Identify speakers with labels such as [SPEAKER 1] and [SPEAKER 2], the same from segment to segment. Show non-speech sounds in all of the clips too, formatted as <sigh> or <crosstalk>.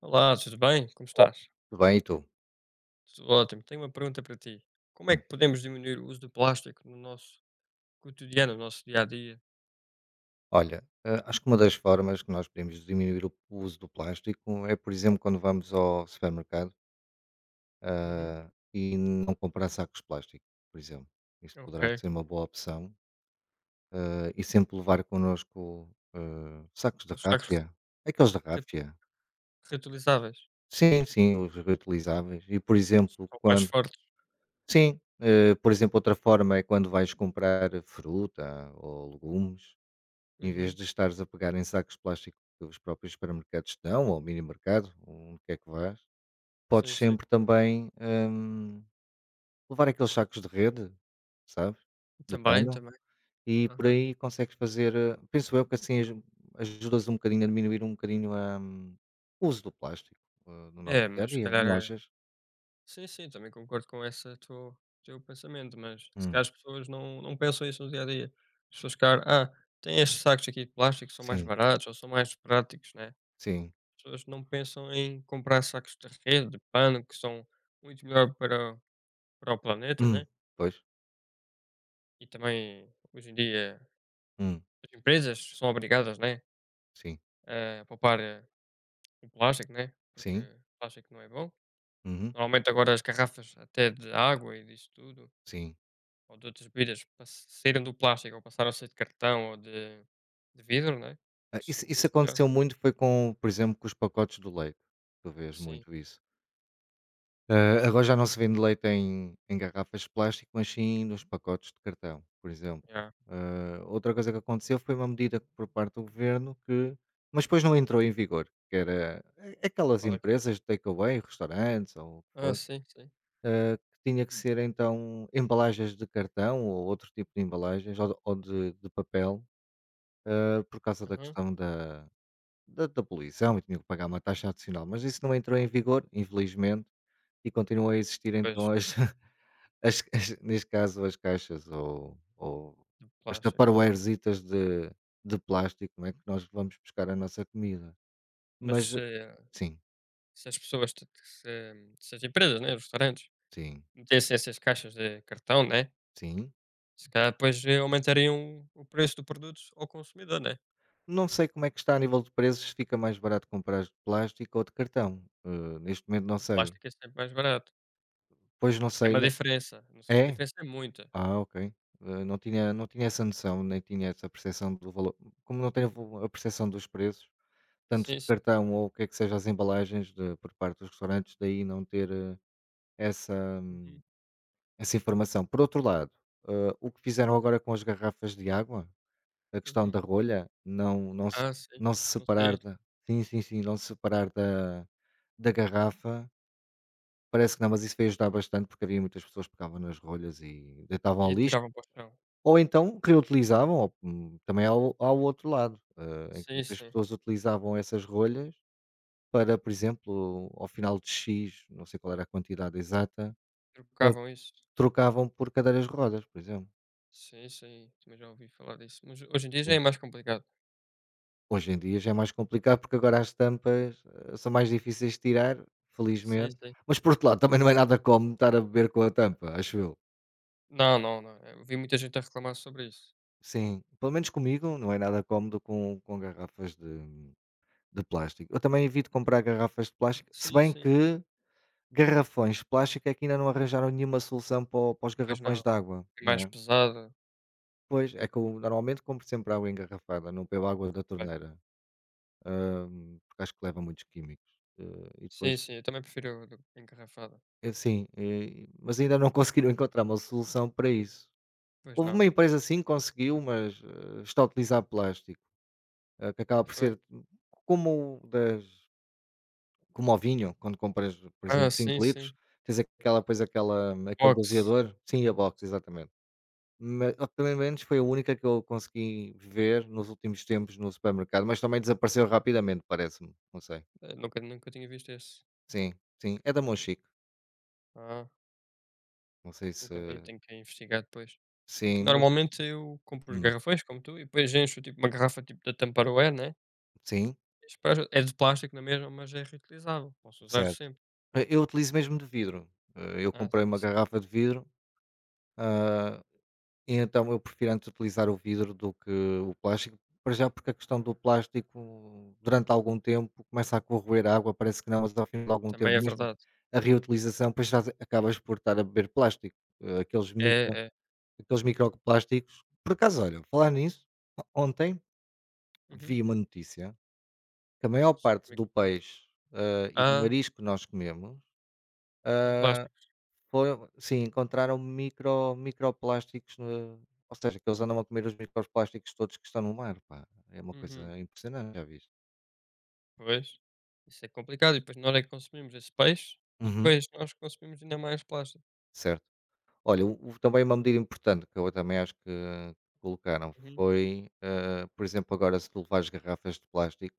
[SPEAKER 1] Olá, tudo bem? Como estás?
[SPEAKER 2] Tudo bem, e tu?
[SPEAKER 1] Tudo ótimo. Tenho uma pergunta para ti. Como é
[SPEAKER 2] Hum.
[SPEAKER 1] que podemos diminuir o uso do plástico no nosso cotidiano, no nosso dia a dia?
[SPEAKER 2] Olha, acho que uma das formas que nós podemos diminuir o uso do plástico é, por exemplo, quando vamos ao supermercado,
[SPEAKER 1] Uhum.
[SPEAKER 2] e não comprar sacos de plástico, por exemplo. Isso
[SPEAKER 1] Ok.
[SPEAKER 2] poderá ser uma boa opção. Ah, e sempre levar connosco sacos de
[SPEAKER 1] Aqueles sacos
[SPEAKER 2] ráfia, aqueles de
[SPEAKER 1] re-
[SPEAKER 2] ráfia.
[SPEAKER 1] reutilizáveis
[SPEAKER 2] Sim, sim, os reutilizáveis. E, por exemplo,
[SPEAKER 1] são mais
[SPEAKER 2] quando.
[SPEAKER 1] fortes.
[SPEAKER 2] Sim, por exemplo, outra forma é quando vais comprar fruta ou legumes. Em vez
[SPEAKER 1] Uhum.
[SPEAKER 2] de estares a pegar em sacos de plástico que os próprios supermercados te dão, ou mini mercado, onde quer que vás, podes
[SPEAKER 1] Sim, sim.
[SPEAKER 2] sempre também levar aqueles sacos de rede, sabes? De
[SPEAKER 1] Também,
[SPEAKER 2] pano,
[SPEAKER 1] também.
[SPEAKER 2] e por
[SPEAKER 1] Aham.
[SPEAKER 2] aí consegues fazer, penso eu que ajudas um bocadinho a diminuir um bocadinho a, o uso do plástico no nosso
[SPEAKER 1] É,
[SPEAKER 2] dia a
[SPEAKER 1] mas se
[SPEAKER 2] dia,
[SPEAKER 1] calhar.
[SPEAKER 2] não
[SPEAKER 1] É-
[SPEAKER 2] achas?
[SPEAKER 1] Sim, sim, também concordo com esse teu pensamento, mas se calhar
[SPEAKER 2] Hum,
[SPEAKER 1] as pessoas não pensam isso no dia a dia. As pessoas, se calhar, tem estes sacos aqui de plástico, são mais
[SPEAKER 2] sim,
[SPEAKER 1] baratos ou são mais práticos, né?
[SPEAKER 2] sim.
[SPEAKER 1] Pessoas não pensam em comprar sacos de rede, de pano, que são muito melhor para o planeta, né?
[SPEAKER 2] Hum, pois,
[SPEAKER 1] E também, hoje em dia,
[SPEAKER 2] hum,
[SPEAKER 1] as empresas são obrigadas, né?
[SPEAKER 2] sim,
[SPEAKER 1] A poupar o plástico, né? Porque
[SPEAKER 2] sim,
[SPEAKER 1] o plástico não é bom.
[SPEAKER 2] uhum,
[SPEAKER 1] Normalmente agora as garrafas até de água e disso tudo,
[SPEAKER 2] sim.
[SPEAKER 1] ou de outras bebidas, saíram do plástico ou passaram a ser de cartão ou de vidro, né?
[SPEAKER 2] Ah,
[SPEAKER 1] Porque são
[SPEAKER 2] isso
[SPEAKER 1] muito melhores.
[SPEAKER 2] aconteceu muito foi com, por exemplo, com os pacotes do leite, tu vês
[SPEAKER 1] Sim,
[SPEAKER 2] muito isso. Ah, agora já não se vende leite em garrafas de plástico, mas sim nos pacotes de cartão, por exemplo.
[SPEAKER 1] yeah.
[SPEAKER 2] Ah, outra coisa que aconteceu foi uma medida por parte do governo que, mas depois não entrou em vigor, que era a aquelas
[SPEAKER 1] Qual é que era?
[SPEAKER 2] empresas de takeaway, restaurantes ou o que
[SPEAKER 1] Ah,
[SPEAKER 2] fosse,
[SPEAKER 1] sim, sim.
[SPEAKER 2] que tinha que ser então embalagens de cartão ou outro tipo de embalagens ou de papel, por causa da
[SPEAKER 1] Aham.
[SPEAKER 2] questão da poluição, e tinham que pagar uma taxa adicional, mas isso não entrou em vigor, infelizmente, e continuam a existir
[SPEAKER 1] Pois,
[SPEAKER 2] então <laughs> neste caso as caixas ou
[SPEAKER 1] de
[SPEAKER 2] as
[SPEAKER 1] plástico.
[SPEAKER 2] taparoeiresitas de plástico, não é que nós vamos buscar a nossa comida. Mas
[SPEAKER 1] Mas eh,
[SPEAKER 2] sim,
[SPEAKER 1] se as pessoas, t- se as empresas, né, os restaurantes,
[SPEAKER 2] sim,
[SPEAKER 1] metessem essas caixas de cartão, né,
[SPEAKER 2] sim.
[SPEAKER 1] se calhar depois aumentariam o preço do produto ao consumidor, né?
[SPEAKER 2] Não sei como é que está a nível de preços, se fica mais barato comprar de plástico ou de cartão. Neste momento não
[SPEAKER 1] O
[SPEAKER 2] sei.
[SPEAKER 1] plástico é sempre mais barato.
[SPEAKER 2] Pois não
[SPEAKER 1] É
[SPEAKER 2] sei,
[SPEAKER 1] uma
[SPEAKER 2] não...
[SPEAKER 1] diferença. Não sei se a
[SPEAKER 2] é?
[SPEAKER 1] diferença é muita.
[SPEAKER 2] Ah, ok. Não tinha essa noção, nem tinha essa percepção do valor. Como não tenho a percepção dos preços, tanto
[SPEAKER 1] Sim,
[SPEAKER 2] de
[SPEAKER 1] sim.
[SPEAKER 2] cartão ou o que é que seja as embalagens de- por parte dos restaurantes, daí não ter essa, hum,
[SPEAKER 1] Uhum,
[SPEAKER 2] essa informação. Por outro lado, o que fizeram agora com as garrafas de água, a questão da
[SPEAKER 1] uhum.
[SPEAKER 2] rolha, se,
[SPEAKER 1] Ah, sim.
[SPEAKER 2] não se
[SPEAKER 1] Não
[SPEAKER 2] separar
[SPEAKER 1] sei.
[SPEAKER 2] da. Sim, sim, sim, não se separar da, da garrafa. Parece que não, mas isso veio ajudar bastante porque havia muitas pessoas que pegavam nas rolhas e deitavam
[SPEAKER 1] E
[SPEAKER 2] ao lixo.
[SPEAKER 1] atiravam para o chão.
[SPEAKER 2] Ou então reutilizavam, ou, também ao outro lado, em que
[SPEAKER 1] Sim,
[SPEAKER 2] muitas
[SPEAKER 1] sim.
[SPEAKER 2] pessoas utilizavam essas rolhas para, por exemplo, ao final de X, não sei qual era a quantidade exata, ah,
[SPEAKER 1] Trocavam isso.
[SPEAKER 2] trocavam por cadeiras de rodas, por exemplo.
[SPEAKER 1] Sim, sim. Também já ouvi falar disso. Mas hoje em dia já
[SPEAKER 2] Sim.
[SPEAKER 1] é mais complicado.
[SPEAKER 2] Hoje em dia já é mais complicado, porque agora as tampas, são mais difíceis de tirar,
[SPEAKER 1] Sim,
[SPEAKER 2] felizmente,
[SPEAKER 1] sim.
[SPEAKER 2] mas por outro lado também não é nada cómodo estar a beber com a tampa, acho eu.
[SPEAKER 1] Não, não, não. Eu vi muita gente a reclamar sobre isso.
[SPEAKER 2] Sim, pelo menos comigo não é nada cómodo com garrafas de plástico. Eu também evito comprar garrafas de plástico, se
[SPEAKER 1] Sim,
[SPEAKER 2] bem
[SPEAKER 1] sim.
[SPEAKER 2] que garrafões de plástico é que ainda não arranjaram nenhuma solução para o para os
[SPEAKER 1] Pois
[SPEAKER 2] garrafões
[SPEAKER 1] não.
[SPEAKER 2] de água,
[SPEAKER 1] É
[SPEAKER 2] não
[SPEAKER 1] mais
[SPEAKER 2] é?
[SPEAKER 1] pesado.
[SPEAKER 2] Pois, é que eu normalmente compro sempre água engarrafada, não bebo água da
[SPEAKER 1] Ok.
[SPEAKER 2] torneira, porque acho que leva muitos químicos, e depois
[SPEAKER 1] Sim, sim, eu também prefiro a do engarrafada.
[SPEAKER 2] sim, mas ainda não <laughs> conseguiram encontrar uma solução para isso.
[SPEAKER 1] Pois
[SPEAKER 2] Houve uma
[SPEAKER 1] não,
[SPEAKER 2] empresa sim que conseguiu, mas, está a utilizar plástico, que acaba
[SPEAKER 1] mas
[SPEAKER 2] por
[SPEAKER 1] foi.
[SPEAKER 2] ser como o das, como ao vinho, quando compras, por exemplo,
[SPEAKER 1] Ah, sim,
[SPEAKER 2] 5 litros,
[SPEAKER 1] sim.
[SPEAKER 2] tens aquela, depois aquela aquele
[SPEAKER 1] Box.
[SPEAKER 2] doseador, sim, a box, exatamente. Ma oh, pelo menos foi a única que eu consegui ver nos últimos tempos no supermercado, mas também desapareceu rapidamente, parece-me, não sei.
[SPEAKER 1] Nunca tinha visto esse.
[SPEAKER 2] Sim, sim, é da Monchique,
[SPEAKER 1] Ah,
[SPEAKER 2] não sei
[SPEAKER 1] nunca vi,
[SPEAKER 2] se
[SPEAKER 1] tenho que investigar depois. É que
[SPEAKER 2] sim, mas
[SPEAKER 1] normalmente eu compro os
[SPEAKER 2] hum,
[SPEAKER 1] garrafões como tu e depois encho tipo uma garrafa tipo da Tupperware, né,
[SPEAKER 2] sim,
[SPEAKER 1] espero é de plástico na mesma, mas é reutilizável, posso usar
[SPEAKER 2] certo.
[SPEAKER 1] sempre.
[SPEAKER 2] Eu utilizo mesmo de vidro, eu
[SPEAKER 1] Ah,
[SPEAKER 2] comprei
[SPEAKER 1] sim,
[SPEAKER 2] uma
[SPEAKER 1] sim,
[SPEAKER 2] garrafa de vidro, ah, e então eu prefiro antes utilizar o vidro do que o plástico, para já porque a questão do plástico durante algum tempo começa a corroer a água, parece que não, mas ao fim de algum tempo
[SPEAKER 1] também é
[SPEAKER 2] mesmo
[SPEAKER 1] verdade.
[SPEAKER 2] a reutilização, pois já acabas por estar a beber plástico, aqueles, micro,
[SPEAKER 1] É, é.
[SPEAKER 2] aqueles microplásticos. Por acaso, olha, falar nisso, ontem
[SPEAKER 1] Uhum.
[SPEAKER 2] vi uma notícia que a maior
[SPEAKER 1] Sobre
[SPEAKER 2] parte do
[SPEAKER 1] microplástico.
[SPEAKER 2] peixe e do
[SPEAKER 1] Ah,
[SPEAKER 2] marisco que nós comemos
[SPEAKER 1] tem plástico.
[SPEAKER 2] eh, foi um, sim, encontraram microplásticos no, ou seja, que eles andam a comer os microplásticos todos que estão no mar, pá. É uma
[SPEAKER 1] Uhum.
[SPEAKER 2] coisa impressionante, já viste.
[SPEAKER 1] Pois, isso é complicado e depois nós é que consumimos esse peixe e
[SPEAKER 2] Uhum,
[SPEAKER 1] depois nós consumimos ainda mais plástico.
[SPEAKER 2] certo. Olha, o também uma medida importante que eu também acho que colocaram
[SPEAKER 1] Uhum.
[SPEAKER 2] foi, por exemplo, agora se tu levares garrafas de plástico,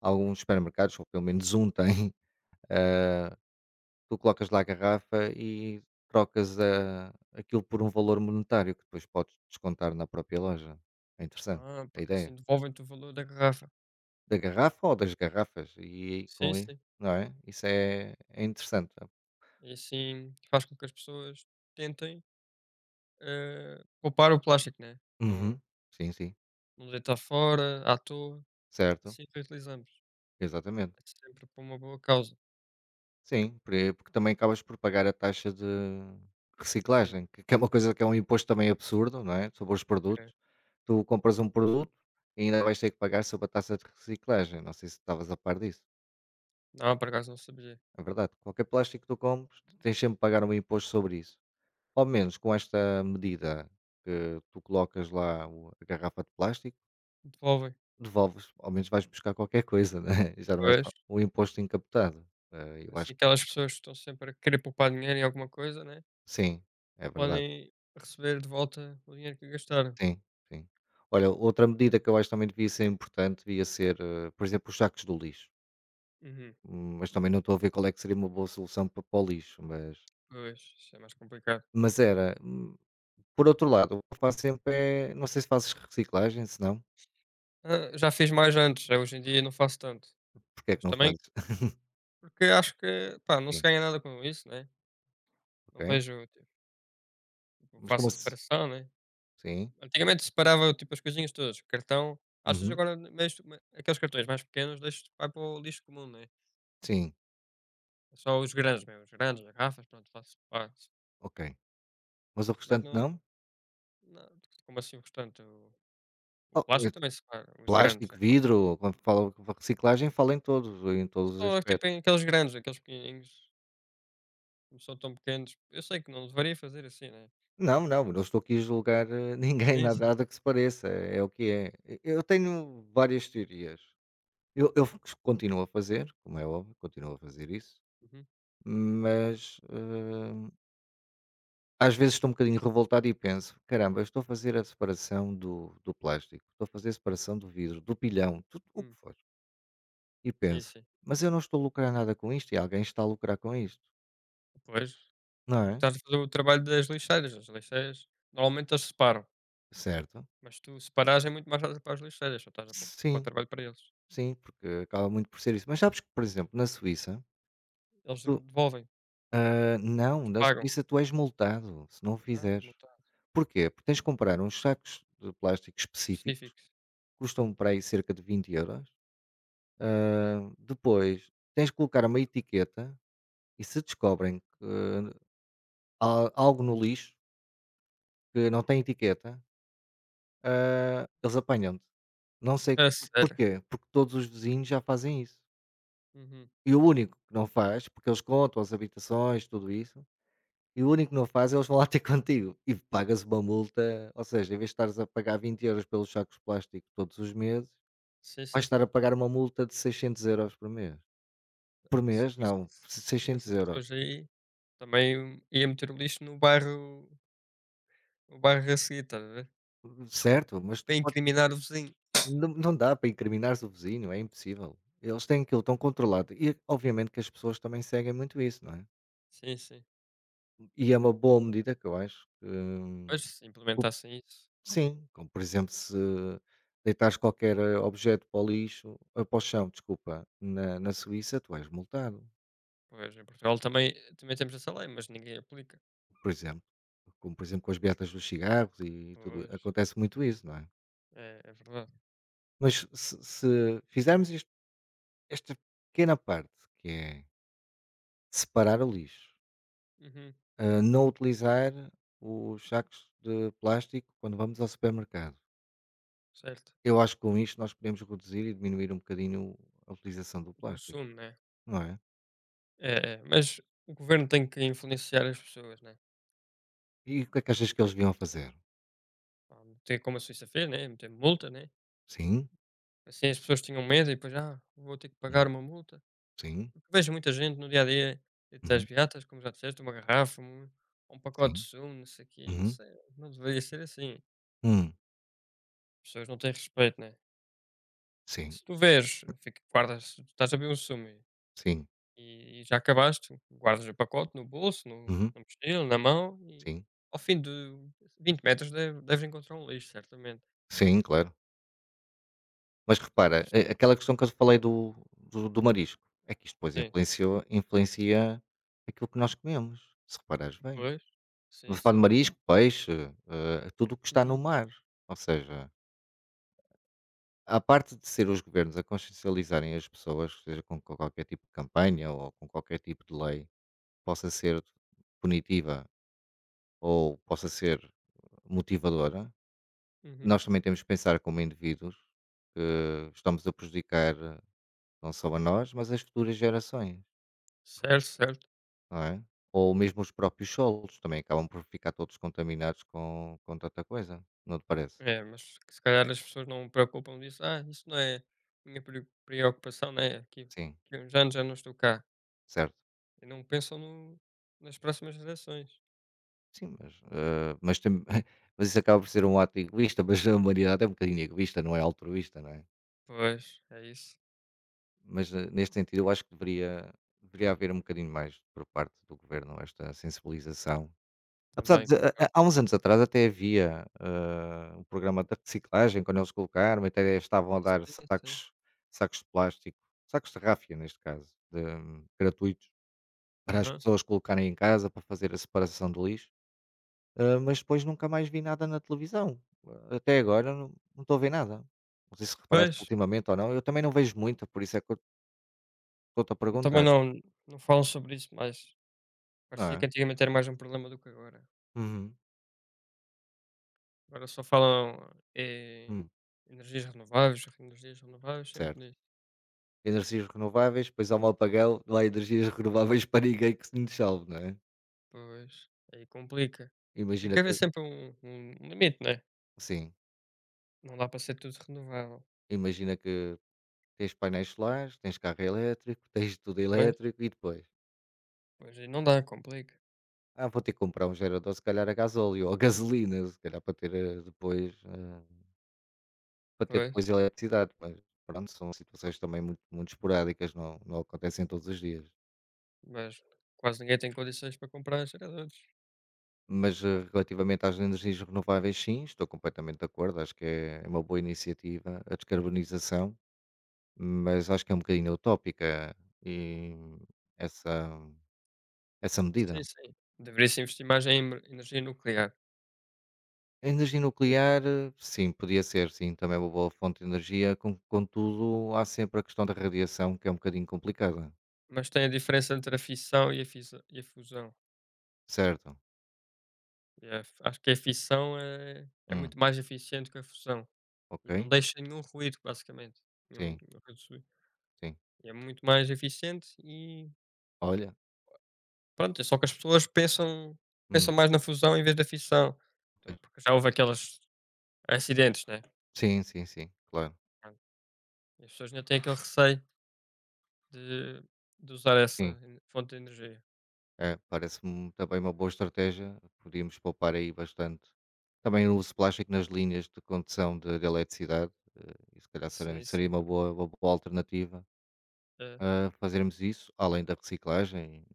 [SPEAKER 2] alguns supermercados, ou pelo menos um tem, <laughs> eh, tu colocas lá a garrafa e trocas a aquilo por um valor monetário que depois podes descontar na própria loja. É interessante
[SPEAKER 1] Ah,
[SPEAKER 2] a
[SPEAKER 1] porque
[SPEAKER 2] ideia.
[SPEAKER 1] assim devolvem-te o valor da garrafa.
[SPEAKER 2] Da garrafa ou das garrafas? E
[SPEAKER 1] Sim,
[SPEAKER 2] com isso
[SPEAKER 1] sim.
[SPEAKER 2] não é? Isso é é interessante. Sabe?
[SPEAKER 1] E assim faz com que as pessoas tentem, poupar o plástico, né,
[SPEAKER 2] Uhum. Sim, sim.
[SPEAKER 1] não deitar fora à toa,
[SPEAKER 2] Certo,
[SPEAKER 1] assim reutilizamos.
[SPEAKER 2] exatamente.
[SPEAKER 1] É sempre por uma boa causa.
[SPEAKER 2] Sim, por aí porque também acabas por pagar a taxa de
[SPEAKER 1] Sim,
[SPEAKER 2] reciclagem, que é uma coisa que é um imposto também absurdo, não é, sobre os
[SPEAKER 1] ok.
[SPEAKER 2] produtos. Tu compras um produto e ainda vais ter que pagar sobre a taxa de reciclagem, não sei se estavas a par disso.
[SPEAKER 1] Não, por acaso não sabia.
[SPEAKER 2] É verdade, qualquer plástico que tu compres, tens sempre que pagar um imposto sobre isso. Ao menos com esta medida, que tu colocas lá o a garrafa de plástico.
[SPEAKER 1] Devolvem.
[SPEAKER 2] Devolves, ao menos vais buscar qualquer coisa, né? <laughs> Já não é só
[SPEAKER 1] Pois,
[SPEAKER 2] o imposto encapotado. Eu
[SPEAKER 1] assim
[SPEAKER 2] acho que
[SPEAKER 1] aquelas pessoas que estão sempre a querer poupar dinheiro em alguma coisa, né,
[SPEAKER 2] sim, é verdade.
[SPEAKER 1] podem receber de volta o dinheiro que gastaram.
[SPEAKER 2] Sim, sim. Olha, outra medida que eu acho também devia ser importante, devia ser, por exemplo, os sacos do lixo.
[SPEAKER 1] Uhum.
[SPEAKER 2] Mas também não estou a ver qual é que seria uma boa solução para, para o lixo,
[SPEAKER 1] Pois, isso é mais complicado.
[SPEAKER 2] mas era. Por outro lado, o que eu faço sempre é, não sei se fazes reciclagem, se não,
[SPEAKER 1] Ah, já fiz mais antes, hoje em dia não faço tanto.
[SPEAKER 2] porque é que
[SPEAKER 1] Mas
[SPEAKER 2] não
[SPEAKER 1] também
[SPEAKER 2] fazes? <laughs>
[SPEAKER 1] porque acho que, pá, não se
[SPEAKER 2] Sim,
[SPEAKER 1] ganha nada com isso, né? Não
[SPEAKER 2] ok.
[SPEAKER 1] vejo, tipo,
[SPEAKER 2] Mas como
[SPEAKER 1] faço a
[SPEAKER 2] se...
[SPEAKER 1] separação, né?
[SPEAKER 2] Sim,
[SPEAKER 1] Antigamente separava, tipo, as coisinhas todas. Cartão, às vezes
[SPEAKER 2] uhum,
[SPEAKER 1] agora aqueles cartões mais pequenos deixo, vai para o lixo comum, né?
[SPEAKER 2] sim,
[SPEAKER 1] É só os grandes mesmo, os grandes, as garrafas, pronto, faço, pá.
[SPEAKER 2] ok. Mas o
[SPEAKER 1] Mas
[SPEAKER 2] restante
[SPEAKER 1] não,
[SPEAKER 2] não?
[SPEAKER 1] não, como assim o restante, o
[SPEAKER 2] Oh,
[SPEAKER 1] plástico também separa, os grandes,
[SPEAKER 2] plástico,
[SPEAKER 1] é pá.
[SPEAKER 2] vidro, quando falam de reciclagem, falam em todos, em todos os
[SPEAKER 1] Só, tipo,
[SPEAKER 2] aspectos.
[SPEAKER 1] em aqueles grandes, aqueles pequenininhos, como são tão pequenos, eu sei que não deveria fazer assim, né.
[SPEAKER 2] Não, não, não estou aqui a julgar, <laughs> ninguém,
[SPEAKER 1] Sim, sim.
[SPEAKER 2] nada que se pareça, é é o que é. E eu tenho várias teorias. Eu continuo a fazer, como é óbvio, continuo a fazer isso,
[SPEAKER 1] Uhum.
[SPEAKER 2] mas, às vezes estou um bocadinho revoltado e penso: "Caramba, eu estou a fazer a separação do plástico, estou a fazer a separação do vidro, do pilhão", tudo o que
[SPEAKER 1] Hum.
[SPEAKER 2] for. E
[SPEAKER 1] Sim,
[SPEAKER 2] penso:
[SPEAKER 1] sim.
[SPEAKER 2] "Mas eu não estou a lucrar nada com isto e alguém está a lucrar com isto",
[SPEAKER 1] Pois,
[SPEAKER 2] não é?
[SPEAKER 1] estás a fazer o trabalho das lixeiras. As lixeiras, normalmente eles separam,
[SPEAKER 2] Certo?
[SPEAKER 1] mas tu separares é muito mais fácil para as lixeiras, só estás a pôr para o
[SPEAKER 2] Sim,
[SPEAKER 1] trabalho para eles.
[SPEAKER 2] sim, porque acaba muito por ser isso. Mas sabes que, por exemplo, na Suíça,
[SPEAKER 1] Eles
[SPEAKER 2] tu,
[SPEAKER 1] devolvem, né,
[SPEAKER 2] não,
[SPEAKER 1] eles
[SPEAKER 2] na
[SPEAKER 1] pagam.
[SPEAKER 2] Suíça tu és multado se não o
[SPEAKER 1] Ah, és
[SPEAKER 2] fizeres.
[SPEAKER 1] multado,
[SPEAKER 2] Porquê? Porque tens de comprar uns sacos de plástico específicos,
[SPEAKER 1] específicos.
[SPEAKER 2] custam para aí cerca de 20 euros. Ah, depois tens de colocar uma etiqueta e se descobrem que há algo no lixo que não tem etiqueta, eles apanham-te. Não sei
[SPEAKER 1] A sério?
[SPEAKER 2] porquê, porque todos os vizinhos já fazem isso.
[SPEAKER 1] Uhum.
[SPEAKER 2] E o único que não faz, porque eles contam as habitações, tudo isso, E o único que não faz é eles vão lá ter <laughs> contigo e pagas uma multa, ou seja, em vez de estares a pagar 20 euros pelos sacos de plástico todos os meses,
[SPEAKER 1] Sim,
[SPEAKER 2] vais
[SPEAKER 1] sim.
[SPEAKER 2] estar a pagar uma multa de 600 euros por mês. Por
[SPEAKER 1] Se eu
[SPEAKER 2] mês
[SPEAKER 1] fosse
[SPEAKER 2] não, seiscentos
[SPEAKER 1] dessas
[SPEAKER 2] euros.
[SPEAKER 1] pessoas aí, também ia meter o lixo no bairro no bairro a seguir, estás a ver?
[SPEAKER 2] Certo, mas tu
[SPEAKER 1] Para
[SPEAKER 2] podes,
[SPEAKER 1] incriminar o vizinho.
[SPEAKER 2] não, não dá para incriminares o vizinho, é impossível. Eles têm aquilo tão controlado e obviamente que as pessoas também seguem muito isso, não é?
[SPEAKER 1] Sim, sim.
[SPEAKER 2] E é uma boa medida que eu acho que
[SPEAKER 1] Pois, se implementassem isso.
[SPEAKER 2] sim, como por exemplo, se deitares qualquer objeto para o lixo, para o chão, desculpa, na Suíça, tu és multado,
[SPEAKER 1] Pois, em Portugal também temos essa lei, mas ninguém aplica.
[SPEAKER 2] por exemplo. Como por exemplo com as beatas dos cigarros e tudo.
[SPEAKER 1] Pois,
[SPEAKER 2] Acontece muito isso, não é?
[SPEAKER 1] é verdade.
[SPEAKER 2] Se fizermos esta pequena parte, que é separar o lixo,
[SPEAKER 1] Uhum,
[SPEAKER 2] não utilizar os sacos de plástico quando vamos ao supermercado,
[SPEAKER 1] certo.
[SPEAKER 2] eu acho que com isto nós podemos reduzir e diminuir um bocadinho a utilização do
[SPEAKER 1] O
[SPEAKER 2] plástico,
[SPEAKER 1] consumo, né.
[SPEAKER 2] não é?
[SPEAKER 1] É, é, mas o governo tem que influenciar as pessoas, né,
[SPEAKER 2] E o que é que achas
[SPEAKER 1] não
[SPEAKER 2] que
[SPEAKER 1] é
[SPEAKER 2] eles deviam
[SPEAKER 1] influenciar.
[SPEAKER 2] fazer?
[SPEAKER 1] Pá, meter como a Suíça fez, né, meter multa, né,
[SPEAKER 2] Sim,
[SPEAKER 1] assim as pessoas tinham medo e depois: "Ah, vou ter que
[SPEAKER 2] hum,
[SPEAKER 1] pagar uma multa".
[SPEAKER 2] sim,
[SPEAKER 1] Porque vejo muita gente no dia a dia, entre as
[SPEAKER 2] uhum,
[SPEAKER 1] beatas, como já disseste, uma garrafa, um pacote
[SPEAKER 2] sim,
[SPEAKER 1] de sumo, não sei o quê,
[SPEAKER 2] uhum,
[SPEAKER 1] isso é não deveria ser assim.
[SPEAKER 2] hum,
[SPEAKER 1] As pessoas não têm respeito, né.
[SPEAKER 2] sim,
[SPEAKER 1] Se tu vês, fica guardas, estás a beber um sumo
[SPEAKER 2] sim,
[SPEAKER 1] e já acabaste, guardas o pacote no bolso, no
[SPEAKER 2] uhum,
[SPEAKER 1] na mochila, na mão e
[SPEAKER 2] sim,
[SPEAKER 1] ao fim de 20 metros deves encontrar um lixo, certamente.
[SPEAKER 2] sim, claro. Mas repara, a aquela questão que eu falei do marisco, é que isto depois
[SPEAKER 1] Sim,
[SPEAKER 2] influenciou influencia aquilo que nós comemos, se reparares bem.
[SPEAKER 1] pois.
[SPEAKER 2] Estamos
[SPEAKER 1] Sim,
[SPEAKER 2] a falar de
[SPEAKER 1] sim.
[SPEAKER 2] marisco, peixe, é tudo o que está no
[SPEAKER 1] Uhum,
[SPEAKER 2] mar. Ou seja, à parte de ser os governos a consciencializarem as pessoas, seja com qualquer tipo de campanha ou com qualquer tipo de lei, possa ser punitiva ou possa ser motivadora.
[SPEAKER 1] uhum.
[SPEAKER 2] Nós também temos que pensar como indivíduos que estamos a prejudicar não só a nós, mas as futuras gerações,
[SPEAKER 1] Certo, certo.
[SPEAKER 2] não é? Ou mesmo os próprios solos também acabam por ficar todos contaminados com tanta coisa, não te parece?
[SPEAKER 1] É, mas que se calhar as pessoas não preocupam disso: "Ah, isso não é minha preocupação, né, aqui
[SPEAKER 2] Sim,
[SPEAKER 1] daqui uns anos já não estou cá",
[SPEAKER 2] certo.
[SPEAKER 1] e não pensam no nas próximas gerações.
[SPEAKER 2] Sim, mas, <laughs> mas isso acaba por ser um ato egoísta, mas a humanidade é um bocadinho egoísta, não é altruísta, não é?
[SPEAKER 1] Pois, é isso,
[SPEAKER 2] Mas neste sentido eu acho que deveria haver um bocadinho mais por parte do governo esta sensibilização. Apesar
[SPEAKER 1] também
[SPEAKER 2] de
[SPEAKER 1] concordo.
[SPEAKER 2] há uns anos atrás até havia, um programa de reciclagem quando eles colocaram, até estavam a dar
[SPEAKER 1] Sim, sim.
[SPEAKER 2] sacos de plástico, sacos de ráfia neste caso, de gratuitos, para as
[SPEAKER 1] Aham.
[SPEAKER 2] pessoas colocarem em casa para fazer a separação do lixo, mas depois nunca mais vi nada na televisão. Até agora não, não estou a ver nada. Não sei se reparaste
[SPEAKER 1] Pois.
[SPEAKER 2] ultimamente ou não, eu também não vejo muito, por isso é que eu estou-te a
[SPEAKER 1] Também
[SPEAKER 2] perguntar,
[SPEAKER 1] não falam sobre isso mais.
[SPEAKER 2] não
[SPEAKER 1] Parecia que
[SPEAKER 2] é?
[SPEAKER 1] antigamente era mais um problema do que agora.
[SPEAKER 2] Uhum,
[SPEAKER 1] Agora só falam, eh,
[SPEAKER 2] hum,
[SPEAKER 1] energias renováveis, sempre
[SPEAKER 2] certo.
[SPEAKER 1] nisso.
[SPEAKER 2] Energias renováveis, depois há um apagão, não há energias renováveis para ninguém que se nos salve, não é?
[SPEAKER 1] Pois, aí complica. Tem
[SPEAKER 2] Imagina
[SPEAKER 1] que haver
[SPEAKER 2] tu
[SPEAKER 1] sempre um limite, né?
[SPEAKER 2] sim,
[SPEAKER 1] Não dá para ser tudo renovável.
[SPEAKER 2] imagina que tens painéis solares, tens carro elétrico, tens tudo
[SPEAKER 1] Pois,
[SPEAKER 2] elétrico e depois:
[SPEAKER 1] pois aí não dá, complica.
[SPEAKER 2] "Ah, vou ter que comprar um gerador se calhar a gasóleo ou a gasolina, se calhar para ter, depois, para ter
[SPEAKER 1] Pois,
[SPEAKER 2] depois eletricidade", mas pronto, são situações também muito esporádicas, não, não acontecem todos os dias.
[SPEAKER 1] mas quase ninguém tem condições para comprar geradores.
[SPEAKER 2] Mas, relativamente às energias renováveis, sim, estou completamente de acordo, acho que é uma boa iniciativa a descarbonização. Mas acho que é um bocadinho utópica e essa essa medida.
[SPEAKER 1] Sim, sim. Deveria-se investir mais em emer energia nuclear.
[SPEAKER 2] A energia
[SPEAKER 1] Eh,
[SPEAKER 2] nuclear, sim, podia ser, sim, também é uma boa fonte de energia, contudo, há sempre a questão da radiação, que é um bocadinho complicada,
[SPEAKER 1] mas tem a diferença entre a fissão e a fusão.
[SPEAKER 2] certo?
[SPEAKER 1] É, acho que a fissão é
[SPEAKER 2] Hum,
[SPEAKER 1] muito mais eficiente que a fusão e não
[SPEAKER 2] ok,
[SPEAKER 1] deixa nenhum ruído, basicamente, nenhum
[SPEAKER 2] sim,
[SPEAKER 1] ruído
[SPEAKER 2] sim.
[SPEAKER 1] e é muito mais eficiente e
[SPEAKER 2] Olha,
[SPEAKER 1] pronto, é só que as pessoas
[SPEAKER 2] hum,
[SPEAKER 1] pensam mais na fusão em vez da fissão.
[SPEAKER 2] pois.
[SPEAKER 1] Então, porque já houve aqueles acidentes, né,
[SPEAKER 2] Sim, sim, sim, claro,
[SPEAKER 1] pronto, e as pessoas ainda têm aquele receio de de usar essa
[SPEAKER 2] sim.
[SPEAKER 1] en fonte de energia.
[SPEAKER 2] É, parece-me também uma boa estratégia. Podíamos poupar aí bastante. Também o uso de plástico nas linhas de condução de eletricidade, e se calhar
[SPEAKER 1] Sim,
[SPEAKER 2] seria
[SPEAKER 1] sim.
[SPEAKER 2] uma boa alternativa
[SPEAKER 1] É,
[SPEAKER 2] a fazermos isso, além da reciclagem.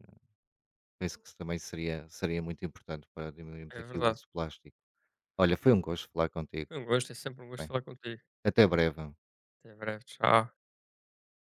[SPEAKER 2] Penso que isso também seria muito importante para diminuirmos
[SPEAKER 1] é
[SPEAKER 2] aqui o
[SPEAKER 1] verdade.
[SPEAKER 2] uso de plástico. Olha, foi um gosto falar contigo.
[SPEAKER 1] Foi um gosto, é sempre um gosto
[SPEAKER 2] Bem,
[SPEAKER 1] falar contigo.
[SPEAKER 2] até breve.
[SPEAKER 1] Até breve, tchau.